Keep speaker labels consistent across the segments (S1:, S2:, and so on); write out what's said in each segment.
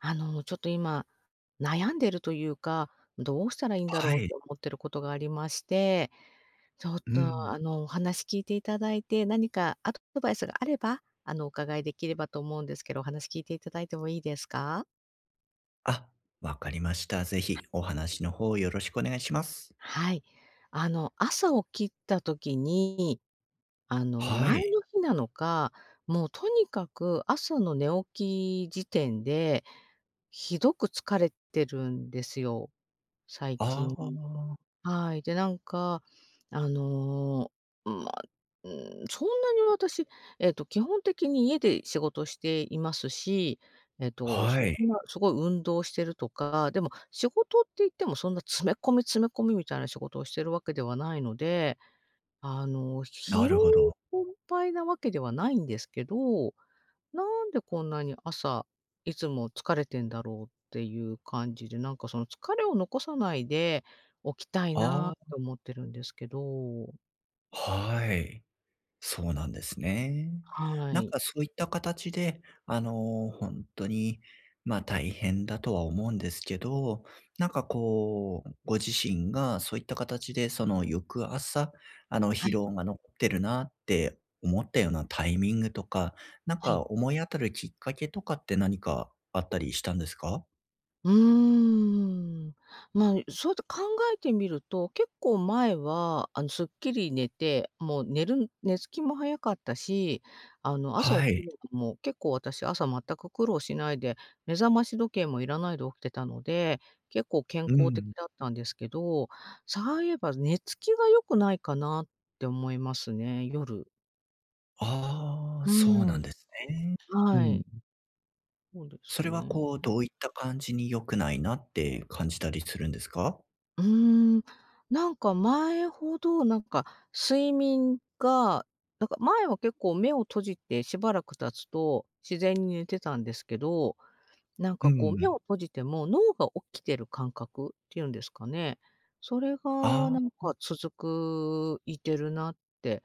S1: ちょっと今、悩んでるというか、どうしたらいいんだろ
S2: は
S1: うと
S2: い。
S1: 思ってることがありまして、ちょっ
S2: う
S1: と、
S2: ん。
S1: お話聞いていただいて、何かアドバイスがあれば、お伺いできればと思うんですけど、お話聞いていただいてもいいですか？
S2: あ、わかりました。ぜひお話の方よろしくお願いします。
S1: はい。朝起きた時に、
S2: は
S1: 前
S2: い。
S1: の日なのか、もうとにかく朝の寝起き時点で、ひどく疲れてるんですよ、最
S2: ああ、
S1: はい。で、なんか、あの、まあ、うそんなに私、基本的に家で仕事していますし、そ
S2: はい。
S1: んなすごい運動してるとか、でも仕事って言ってもそんな詰め込み詰め込みみたいな仕事をしてるわけではないので、
S2: な
S1: 疲労
S2: るほど。
S1: 困憊なわけではないんですけど、なんでこんなに朝、いつも疲れてんだろうっていう感じで、なんかその疲れを残さないで起きたいな
S2: ああ、
S1: と思ってるんですけど。
S2: はい。そうなんですね。
S1: は
S2: なん
S1: い。
S2: かそういった形で、あの、本当に、ま、あ大変だとは思うんですけど、なんかこう、ご自身がそういった形で、その翌朝、あの、
S1: は
S2: 疲
S1: い
S2: 労が残ってるなって思ったようなタイミングとか、なん
S1: は
S2: か
S1: い。
S2: 思い当たるきっかけとかって何かあったりしたんですか？
S1: うーん。まあ、そうやって考えてみると、結構前は、すっきり寝て、もう寝るん寝つきも早かったし、朝起
S2: は
S1: き
S2: い。
S1: るのも結構私、朝全く苦労しないで、目覚まし時計もいらないで起きてたので、結構健
S2: う
S1: 康的
S2: ん。
S1: だったんですけど、そういえば寝つきが良くないかなって思いますね、夜。
S2: ああ、
S1: う
S2: そう
S1: ー
S2: な
S1: ん、
S2: んですね。う
S1: は
S2: ん。
S1: い、そうで
S2: そ
S1: す
S2: れは
S1: ね。
S2: こう、どういった感じに良くないなって感じたりするんですか？
S1: うーん、なんか前ほど、なんか睡眠が、なんか前は結構目を閉じてしばらく経つと自然に寝てたんですけど、なん
S2: う
S1: かこう目
S2: ん。
S1: を閉じても脳が起きてる感覚っていうんですかね。それが
S2: あ
S1: なん
S2: あ、
S1: か続くいてるなって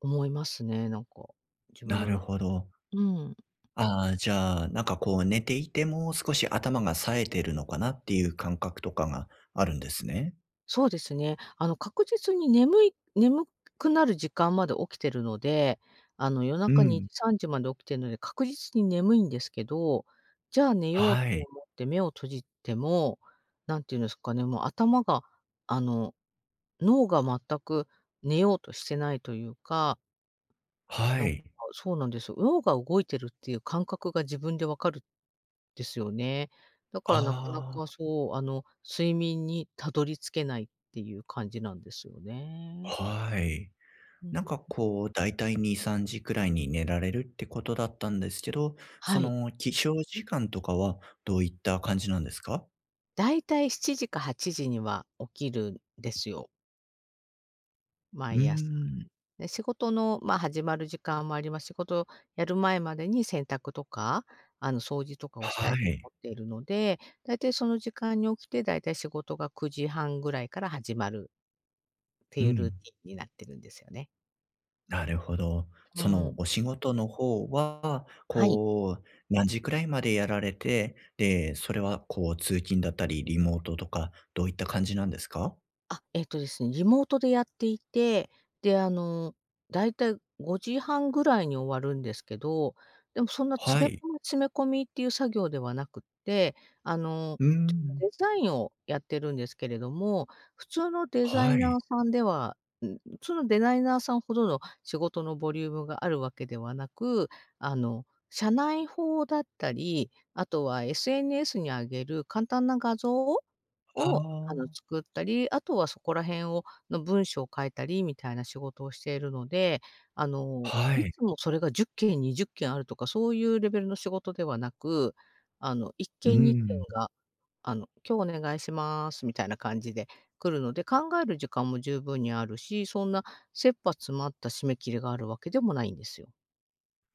S1: 思いますね、なんか、自分
S2: な
S1: の
S2: る
S1: な
S2: ほど。
S1: うん、
S2: ああ、じゃあ、なんかこう寝ていても少し頭が冴えてるのかなっていう感覚とかがあるんですね。
S1: そうですね。確実に眠くなる時間まで起きてるので、夜
S2: う
S1: 中2
S2: ん。
S1: 時、3時まで起きてるので、確実に眠いんですけど、じゃあ寝ようと
S2: はい、
S1: 思って目を閉じても、何て言うんですかね、もう頭が、あの、脳が全く寝ようとしてないというか、
S2: は
S1: なんか、
S2: い。
S1: そうなんですよ。脳が動いてるっていう感覚が自分でわかるですよね。だからなかなか
S2: ああ、
S1: そう、睡眠にたどり着けないっていう感じなんですよね。
S2: はい。
S1: う
S2: なん
S1: ん。
S2: かこうだいたい2、3時くらいに寝られるってことだったんですけど、そ
S1: はい。
S2: の起床時間とかはどういった感じなんですか？
S1: だいたい7時か8時には起きるんですよ、
S2: うー
S1: 毎朝。
S2: ん。
S1: で、仕事の、まあ、始まる時間もあります。仕事やる前までに洗濯とか、掃除とかをした
S2: は
S1: いと
S2: い。
S1: 思っているので、だいたいその時間に起きて、だいたい仕事が9時半ぐらいから始まるって
S2: う
S1: いうル
S2: ん。
S1: ーティンになってるんですよね。
S2: なるほど。
S1: う
S2: その
S1: ん。
S2: お仕事の方は、
S1: はい。
S2: こう、何時くらいまでやられて、で、それはこう通勤だったり、リモートとか、どういった感じなんですか？
S1: あ、ですね、リモートでやっていて、で、だいたい5時半ぐらいに終わるんですけど、でもそんな
S2: は
S1: 詰め
S2: い。
S1: 込み詰め込みっていう作業ではなくって、あの、
S2: うー
S1: ちょっ
S2: ん。
S1: とデザインをやってるんですけれども、普通のデザイ
S2: は
S1: ナ
S2: い。
S1: ーさんでは、普通のデザイナーさんほどの仕事のボリュームがあるわけではなく、社内報だったり、あとは SNS に上げる簡単な画像
S2: あ
S1: を、
S2: あ。
S1: 作ったり、あとはそこら辺の文章を書いたりみたいな仕事をしているので、
S2: は
S1: い
S2: い。
S1: つもそれが10件、20件あるとかそういうレベルの仕事ではなく、1
S2: うー
S1: 件、2件
S2: ん。
S1: が、今日お願いしますみたいな感じで来るので、考える時間も十分にあるし、そんな切羽詰まった締め切りがあるわけでもないんですよ。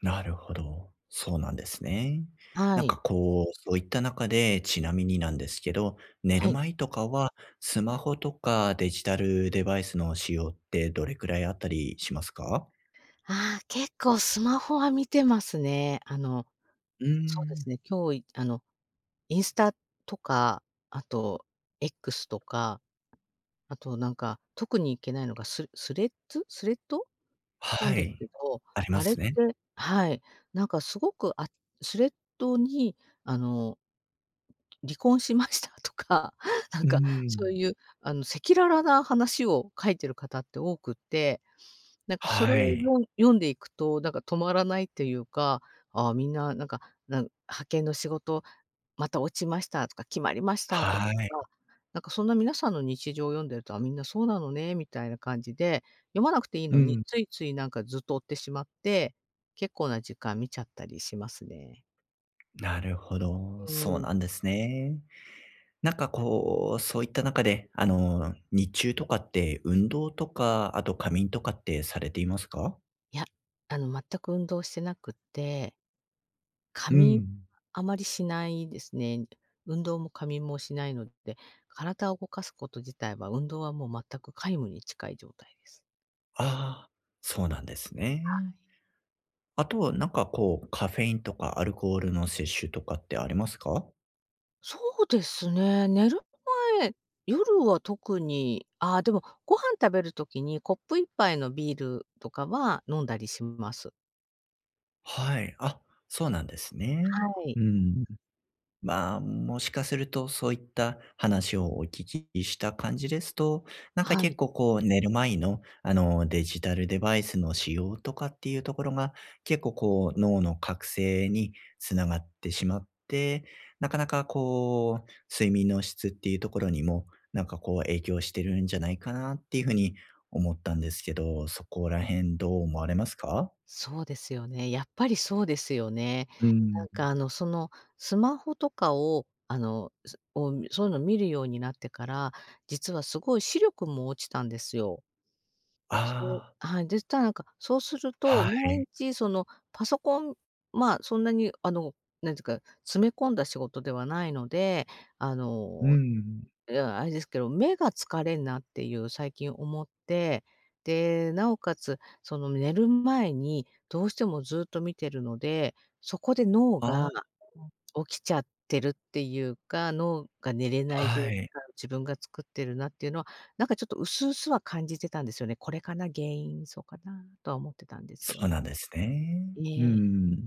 S2: なるほど。そうなんですね。
S1: は
S2: なんか
S1: い。
S2: こう、そういった中で、ちなみになんですけど、寝
S1: は
S2: る
S1: い。
S2: 前とかは、スマホとかデジタルデバイスの使用ってどれくらいあったりしますか？
S1: ああ、結構スマホは見てますね。
S2: うー
S1: そうで
S2: ん。
S1: すね、今日いあの、インスタとか、あと X とか、あとなんか、特にいけないのがスレッドなん
S2: は
S1: です
S2: い。
S1: けど、
S2: ありま
S1: あれっ
S2: す
S1: て、
S2: ね。
S1: はい。なんかすごく、あ、スレッドにあの、離婚しましたとか、なん
S2: うー
S1: かそ
S2: ん。
S1: ういう赤裸々な話を書いてる方って多くって、なんかそれ
S2: は
S1: を
S2: い。
S1: 読んでいくと、なんか止まらないっていうか、ああ、みんななんか派遣の仕事また落ちましたとか、決まりましたとか、
S2: はい。
S1: なんかそんな皆さんの日常を読んでると、あ、みんなそうなのね、みたいな感じで、読まなくていい
S2: う
S1: のに、
S2: ん。
S1: ついついなんかずっと追ってしまって、結構な時間見ちゃったりしますね。
S2: なるほど。
S1: う
S2: そう
S1: ん。
S2: なんですね。なんかこう、そういった中で、あの、日中とかって運動とか、あと仮眠とかってされていますか？
S1: いや、全く運動してなくって、
S2: う
S1: 仮眠
S2: ん。
S1: あまりしないですね。運動も仮眠もしないので、体を動かすこと自体は、運動はもう全く皆無に近い状態です。
S2: ああ、そうなんですね。あと、なんかこう、カフェインとかアルコールの摂取とかってありますか？
S1: そうですね。寝る前、夜は特に、ああ、でもご飯食べる時にコップ一杯のビールとかは飲んだりします。
S2: はい。あ、そうなんですね。
S1: はい。
S2: うーん。まあ、もしかするとそういった話をお聞きした感じですと、なんか
S1: は
S2: 結
S1: い。
S2: 構こう寝る前のあのデジタルデバイスの使用とかっていうところが結構こう脳の覚醒につながってしまって、なかなかこう睡眠の質っていうところにもなんかこう影響してるんじゃないかなっていうふうに思ったんですけど、そこら辺どう思われますか？
S1: そうですよね。やっぱりそうですよね。
S2: う
S1: な
S2: ん。
S1: んかそのスマホとかを、そういうの見るようになってから、実はすごい視力も落ちたんですよ。そう、
S2: ああ
S1: はい、でしたらなんか、そうする
S2: ー、
S1: と、
S2: は
S1: 毎
S2: い。
S1: 日そのパソコン、まあ、そんなになんていうか、詰め込んだ仕事ではないので、あ
S2: う
S1: の、
S2: ん。
S1: いや、あれですけど、目が疲れんなっていう最近思って、で、なおかつ、その寝る前にどうしてもずっと見てるので、そこで脳
S2: あ
S1: が
S2: あ、
S1: 起きちゃってるっていうか、脳が寝れない状態
S2: はい。
S1: を自分が作ってるなっていうのは、なんかちょっと薄々は感じてたんですよね。これかな、原因、そうかなとは思ってたんです
S2: そ
S1: よ
S2: うなん
S1: ね。
S2: ですね。う
S1: ええ、
S2: ん。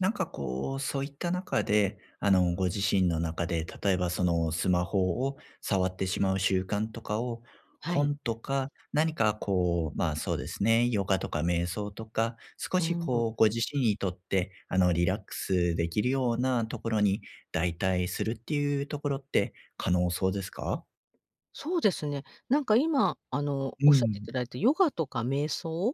S2: なんかこう、そういった中で、あの、ご自身の中で、例えばそのスマホを触ってしまう習慣とかを、
S1: はい。
S2: 本とか、何かこう、まあそうですね、ヨガとか瞑想とか、少
S1: う
S2: し
S1: ん。
S2: こう、ご自身にとって、あの、リラックスできるようなところに代替するっていうところって可能そうですか？
S1: そうですね。なんか今、
S2: う
S1: おっしゃってい
S2: ん。
S1: ただいたヨガとか瞑想っ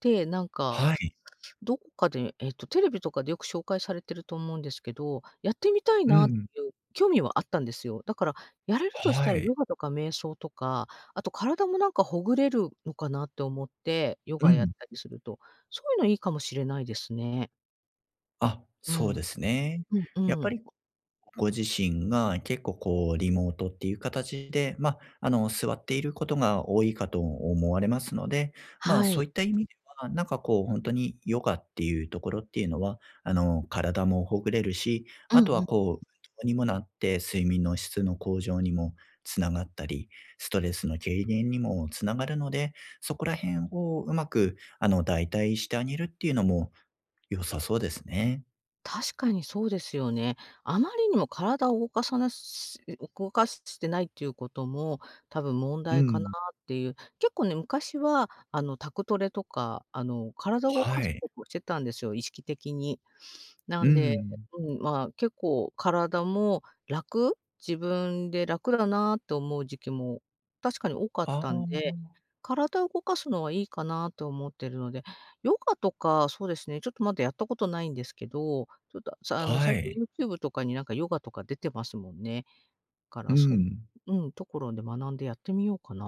S1: て、なんか
S2: はい。
S1: どこかで、テレビとかでよく紹介されてると思うんですけど、やってみたい
S2: う
S1: なって
S2: ん。
S1: いう興味はあったんですよ。だから、やれるとし
S2: は
S1: たら
S2: い。
S1: ヨガとか瞑想とか、あと体もなんかほぐれるのかなって思って、ヨ
S2: う
S1: ガやっ
S2: ん。
S1: たりすると、そういうのいいかもしれないですね。
S2: あ、
S1: う
S2: そう
S1: ん。
S2: ですね。
S1: うん
S2: やっ
S1: う
S2: ぱ
S1: ん。
S2: りご自身が結構こうリモートっていう形で、まあ、あの、座っていることが多いかと思われますので、まあ、
S1: は
S2: そう
S1: い。
S2: いった意味では、なんかこう本当にヨガっていうところっていうのは、あの、体もほぐれるし、
S1: う
S2: あと
S1: んう
S2: は
S1: ん。
S2: こう運動にもなって睡眠の質の向上にもつながったり、ストレスの軽減にもつながるので、そこら辺をうまく、あの、代替してあげるっていうのも良さそうですね。
S1: 確かにそうですよね。あまりにも体を動かしてないっていうことも、多分問
S2: う
S1: 題かな
S2: ん。
S1: っていう。結構ね、昔は宅トレとか、体を動
S2: は
S1: かす
S2: い。
S1: ことをしてたんですよ、意識的に。な
S2: う
S1: んで、
S2: ん。
S1: うん、まあ、結構体も楽自分で楽だなと思う時期も確かに多かっ
S2: あ
S1: たんで、
S2: あ、
S1: 体を動かすのはいいかなと思ってるので、ヨガとか、そうですね、ちょっとまだやったことないんですけど、ちょっと、さあの、
S2: は
S1: 最近
S2: い。
S1: YouTube とかになんかヨガとか出てますもんね。か
S2: う
S1: ら、そ
S2: ん。
S1: う、ところで学んでやってみようかな。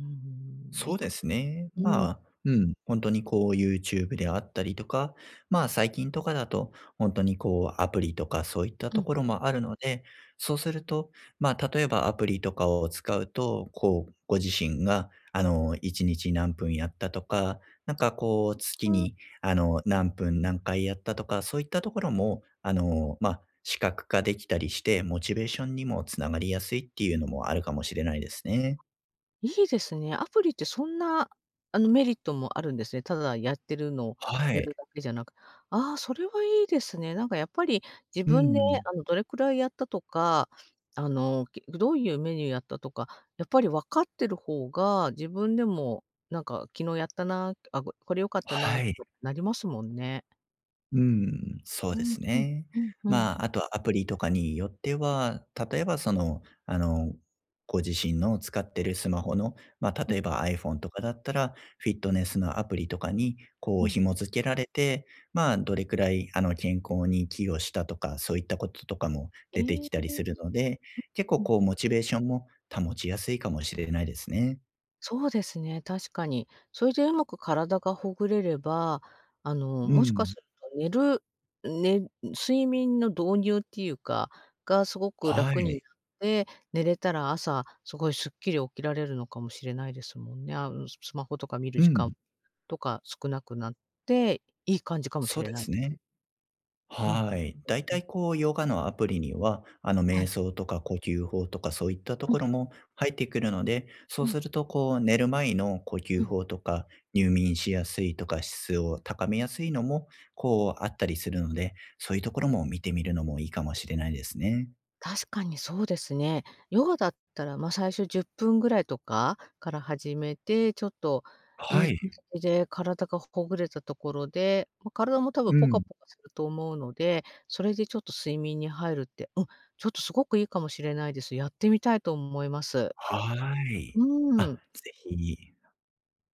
S1: うんうい
S2: そう
S1: く
S2: ですね。
S1: うん、
S2: まあ、うん、本当にこう YouTube であったりとか、まあ、最近とかだと本当にこうアプリとかそういった
S1: う
S2: と
S1: ん。
S2: ころもあるので、そうすると、まあ、例えばアプリとかを使うと、こう、ご自身があの、1日何分やったとか、なんかこう月にあの、何分何回やったとか、そういったところもあの、ま、視覚化できたりして、モチベーションにもつながりやすいっていうのもあるかもしれないですね。
S1: いいですね。アプリってそんな、メリットもあるんですね。ただやってるのを
S2: は
S1: や
S2: い。
S1: るだけじゃなく、ああ、それはいいですね。なんかやっぱり自
S2: う
S1: 分で、
S2: ん。
S1: どれくらいやったとか、どういうメニューやったとか、やっぱり分かってる方が、自分でもなんか昨日やったな、あ、これ良かったな
S2: はい。
S1: となりますもんね。
S2: うん、そう
S1: う
S2: で
S1: ん
S2: す
S1: うん。
S2: ね。
S1: うんう
S2: ま
S1: ん。
S2: あ、あとはアプリとかによっては、例えばその、あの、ご自身の使ってるスマホの、まあ、
S1: う
S2: 例
S1: ん
S2: えば iPhone とかだったら、フィットネスのアプリとかにこ
S1: う
S2: う
S1: ん。
S2: 紐付けられて、まあ、どれくらいあの健康に寄与したとか、そういったこととかも出て
S1: え
S2: きたりす
S1: え。
S2: るので、結構こうモチベーションも保ちやすいかもしれないですね。
S1: そうですね、確かに。それでうまく体がほぐれれば、
S2: う
S1: もしか
S2: ん。
S1: すると寝るね睡眠の導入っていうか、がすごく
S2: は
S1: 楽に
S2: い。
S1: なって、寝れたら朝すごいすっきり起きられるのかもしれないですもんね。スマホとか見る
S2: う
S1: 時間
S2: ん。
S1: とか少なくなって、いい感じかもし
S2: そう
S1: れ
S2: で
S1: ないで
S2: す
S1: す。
S2: ね。
S1: うん、うん、
S2: はい。だい
S1: う
S2: た
S1: ん。
S2: いこうヨガのアプリには、あの
S1: は
S2: 瞑
S1: い。
S2: 想とか呼吸法とかそういったと
S1: うん、
S2: ころも入ってくるので、そ
S1: う
S2: う
S1: ん、
S2: するとこう寝る前の呼
S1: う
S2: 吸
S1: ん。
S2: 法とか入眠しやすいとか質を高めやすいのもこうあったりするので、そういうところも見てみるのもいいかもしれないですね。
S1: 確かにそうですね。ヨガだったら、まあ、最初10分ぐらいとかから始めて、ちょっとい
S2: は
S1: い
S2: い。
S1: 感じで体がほぐれたところで、まあ、体も多分
S2: う
S1: ポカ
S2: ん。
S1: ポカすると思うので、それでちょっと睡眠に入るって、ちょっとすごくいいかもしれないです。やってみたいと思います。
S2: はい。あ、
S1: うん、
S2: ぜひ。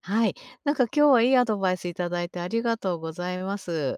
S1: はい。なんか今日はいいアドバイスいただいてありがとうございます。